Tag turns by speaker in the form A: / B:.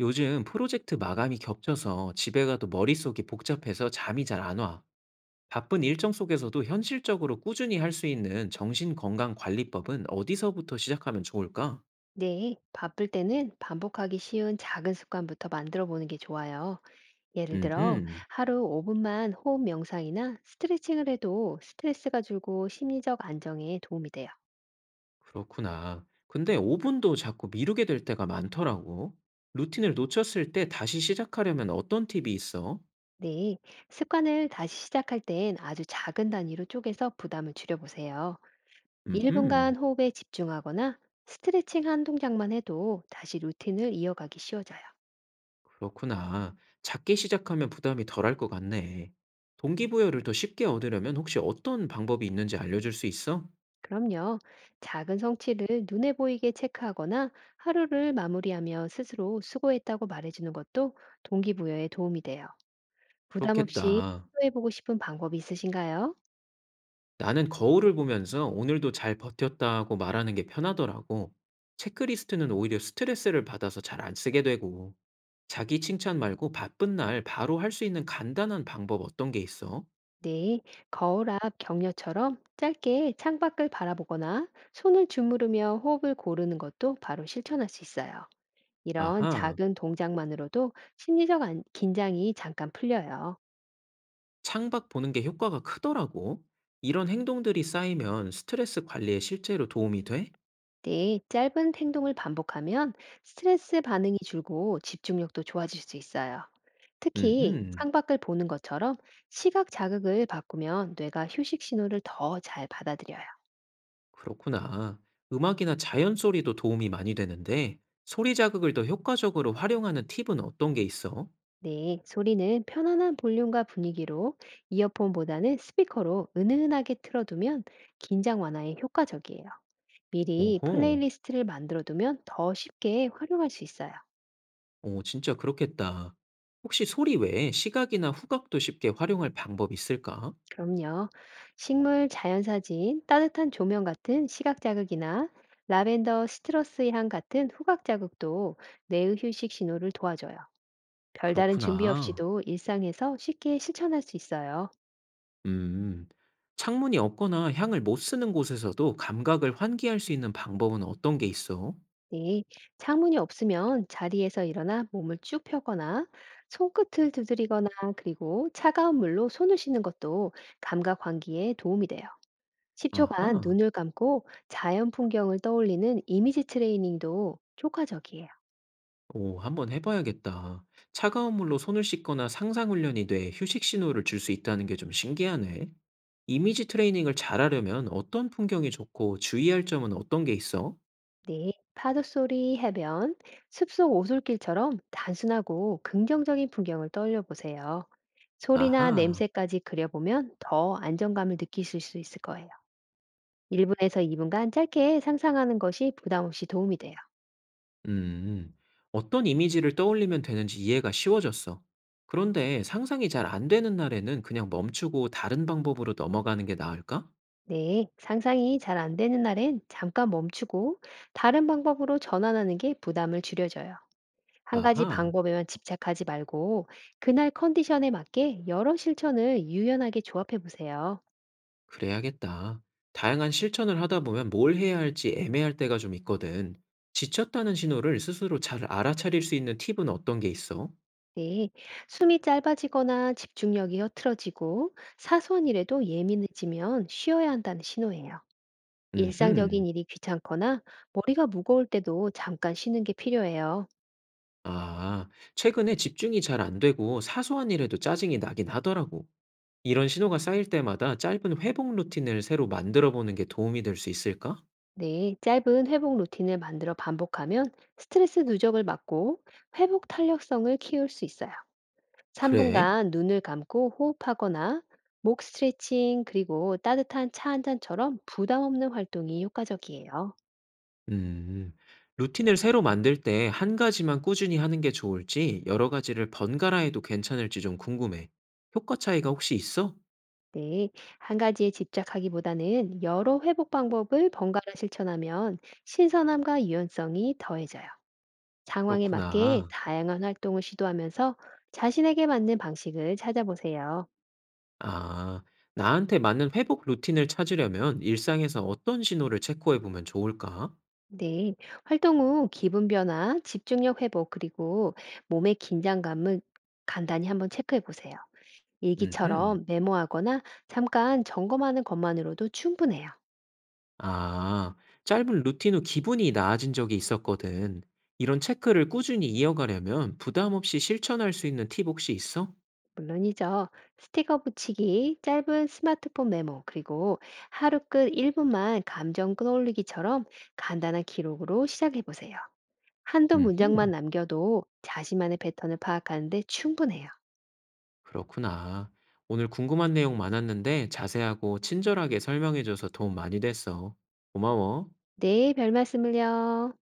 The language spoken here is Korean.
A: 요즘 프로젝트 마감이 겹쳐서 집에 가도 머릿속이 복잡해서 잠이 잘 안 와. 바쁜 일정 속에서도 현실적으로 꾸준히 할 수 있는 정신건강관리법은 어디서부터 시작하면 좋을까?
B: 네, 바쁠 때는 반복하기 쉬운 작은 습관부터 만들어 보는 게 좋아요. 예를 들어,
A: 음흠,
B: 하루 5분만 호흡 명상이나 스트레칭을 해도 스트레스가 줄고 심리적 안정에 도움이 돼요.
A: 그렇구나. 근데 5분도 자꾸 미루게 될 때가 많더라고. 루틴을 놓쳤을 때 다시 시작하려면 어떤 팁이 있어?
B: 네, 습관을 다시 시작할 땐 아주 작은 단위로 쪼개서 부담을 줄여보세요.
A: 음흠,
B: 1분간 호흡에 집중하거나 스트레칭 한 동작만 해도 다시 루틴을 이어가기 쉬워져요.
A: 그렇구나. 작게 시작하면 부담이 덜할 것 같네. 동기부여를 더 쉽게 얻으려면 혹시 어떤 방법이 있는지 알려줄 수 있어?
B: 그럼요. 작은 성취를 눈에 보이게 체크하거나 하루를 마무리하며 스스로 수고했다고 말해주는 것도 동기부여에 도움이 돼요. 부담 없이
A: 그렇겠다.
B: 시도해보고 싶은 방법이 있으신가요?
A: 나는 거울을 보면서 오늘도 잘 버텼다고 말하는 게 편하더라고. 체크리스트는 오히려 스트레스를 받아서 잘 안 쓰게 되고, 자기 칭찬 말고 바쁜 날 바로 할 수 있는 간단한 방법 어떤 게 있어?
B: 네, 거울 앞 격려처럼 짧게 창밖을 바라보거나 손을 주무르며 호흡을 고르는 것도 바로 실천할 수 있어요. 이런
A: 아하,
B: 작은 동작만으로도 심리적 안- 긴장이 잠깐 풀려요.
A: 창밖 보는 게 효과가 크더라고. 이런 행동들이 쌓이면 스트레스 관리에 실제로 도움이 돼?
B: 네, 짧은 행동을 반복하면 스트레스 반응이 줄고 집중력도 좋아질 수 있어요. 특히
A: 음흠,
B: 창밖을 보는 것처럼 시각 자극을 바꾸면 뇌가 휴식 신호를 더 잘 받아들여요.
A: 그렇구나. 음악이나 자연 소리도 도움이 많이 되는데, 소리 자극을 더 효과적으로 활용하는 팁은 어떤 게 있어?
B: 네, 소리는 편안한 볼륨과 분위기로 이어폰보다는 스피커로 은은하게 틀어두면 긴장 완화에 효과적이에요. 미리
A: 오호.
B: 플레이리스트를 만들어두면 더 쉽게 활용할 수 있어요.
A: 오, 진짜 그렇겠다. 혹시 소리 외에 시각이나 후각도 쉽게 활용할 방법이 있을까?
B: 그럼요. 식물 자연 사진, 따뜻한 조명 같은 시각 자극이나 라벤더 스트러스의 향 같은 후각 자극도 뇌의 휴식 신호를 도와줘요. 별다른 준비
A: 그렇구나.
B: 없이도 일상에서 쉽게 실천할 수 있어요.
A: 음. 창문이 없거나 향을 못 쓰는 곳에서도 감각을 환기할 수 있는 방법은 어떤 게 있어?
B: 네. 창문이 없으면 자리에서 일어나 몸을 쭉 펴거나 손끝을 두드리거나 그리고 차가운 물로 손을 씻는 것도 감각 환기에 도움이 돼요. 10초간
A: 아하.
B: 눈을 감고 자연 풍경을 떠올리는 이미지 트레이닝도 효과적이에요.
A: 오, 한번 해봐야겠다. 차가운 물로 손을 씻거나 상상 훈련이 뇌에 휴식 신호를 줄 수 있다는 게 좀 신기하네. 이미지 트레이닝을 잘하려면 어떤 풍경이 좋고 주의할 점은 어떤 게 있어?
B: 네, 파도소리, 해변, 숲속 오솔길처럼 단순하고 긍정적인 풍경을 떠올려 보세요. 소리나
A: 아하.
B: 냄새까지 그려보면 더 안정감을 느끼실 수 있을 거예요. 1분에서 2분간 짧게 상상하는 것이 부담 없이 도움이 돼요.
A: 음, 어떤 이미지를 떠올리면 되는지 이해가 쉬워졌어. 그런데 상상이 잘 안 되는 날에는 그냥 멈추고 다른 방법으로 넘어가는 게 나을까?
B: 네, 상상이 잘 안 되는 날엔 잠깐 멈추고 다른 방법으로 전환하는 게 부담을 줄여줘요. 한 가지
A: 아하,
B: 방법에만 집착하지 말고 그날 컨디션에 맞게 여러 실천을 유연하게 조합해 보세요.
A: 그래야겠다. 다양한 실천을 하다 보면 뭘 해야 할지 애매할 때가 좀 있거든. 지쳤다는 신호를 스스로 잘 알아차릴 수 있는 팁은 어떤 게 있어?
B: 네, 숨이 짧아지거나 집중력이 흐트러지고 사소한 일에도 예민해지면 쉬어야 한다는 신호예요.
A: 음흠.
B: 일상적인 일이 귀찮거나 머리가 무거울 때도 잠깐 쉬는 게 필요해요.
A: 아, 최근에 집중이 잘 안 되고 사소한 일에도 짜증이 나긴 하더라고. 이런 신호가 쌓일 때마다 짧은 회복 루틴을 새로 만들어 보는 게 도움이 될 수 있을까?
B: 네, 짧은 회복 루틴을 만들어 반복하면 스트레스 누적을 막고 회복 탄력성을 키울 수 있어요.
A: 그래?
B: 3분간 눈을 감고 호흡하거나 목 스트레칭 그리고 따뜻한 차 한 잔처럼 부담 없는 활동이 효과적이에요.
A: 음. 루틴을 새로 만들 때 한 가지만 꾸준히 하는 게 좋을지 여러 가지를 번갈아 해도 괜찮을지 좀 궁금해. 효과 차이가 혹시 있어?
B: 네, 한 가지에 집착하기보다는 여러 회복 방법을 번갈아 실천하면 신선함과 유연성이 더해져요. 상황에 맞게
A: 그렇구나.
B: 다양한 활동을 시도하면서 자신에게 맞는 방식을 찾아보세요.
A: 아, 나한테 맞는 회복 루틴을 찾으려면 일상에서 어떤 신호를 체크해 보면 좋을까?
B: 네, 활동 후 기분 변화, 집중력 회복, 그리고 몸의 긴장감을 간단히 한번 체크해 보세요.
A: 음흠.
B: 일기처럼 메모하거나 잠깐 점검하는 것만으로도 충분해요.
A: 아, 짧은 루틴 후 기분이 나아진 적이 있었거든. 이런 체크를 꾸준히 이어가려면 부담 없이 실천할 수 있는 팁 혹시 있어?
B: 물론이죠. 스티커 붙이기, 짧은 스마트폰 메모, 그리고 하루 끝 1분만 감정 끌어올리기처럼 간단한 기록으로 시작해 보세요. 한두 문장만
A: 음흠,
B: 남겨도 자신만의 패턴을 파악하는데 충분해요.
A: 그렇구나. 오늘 궁금한 내용 많았는데 자세하고 친절하게 설명해줘서 도움 많이 됐어. 고마워.
B: 네, 별 말씀을요.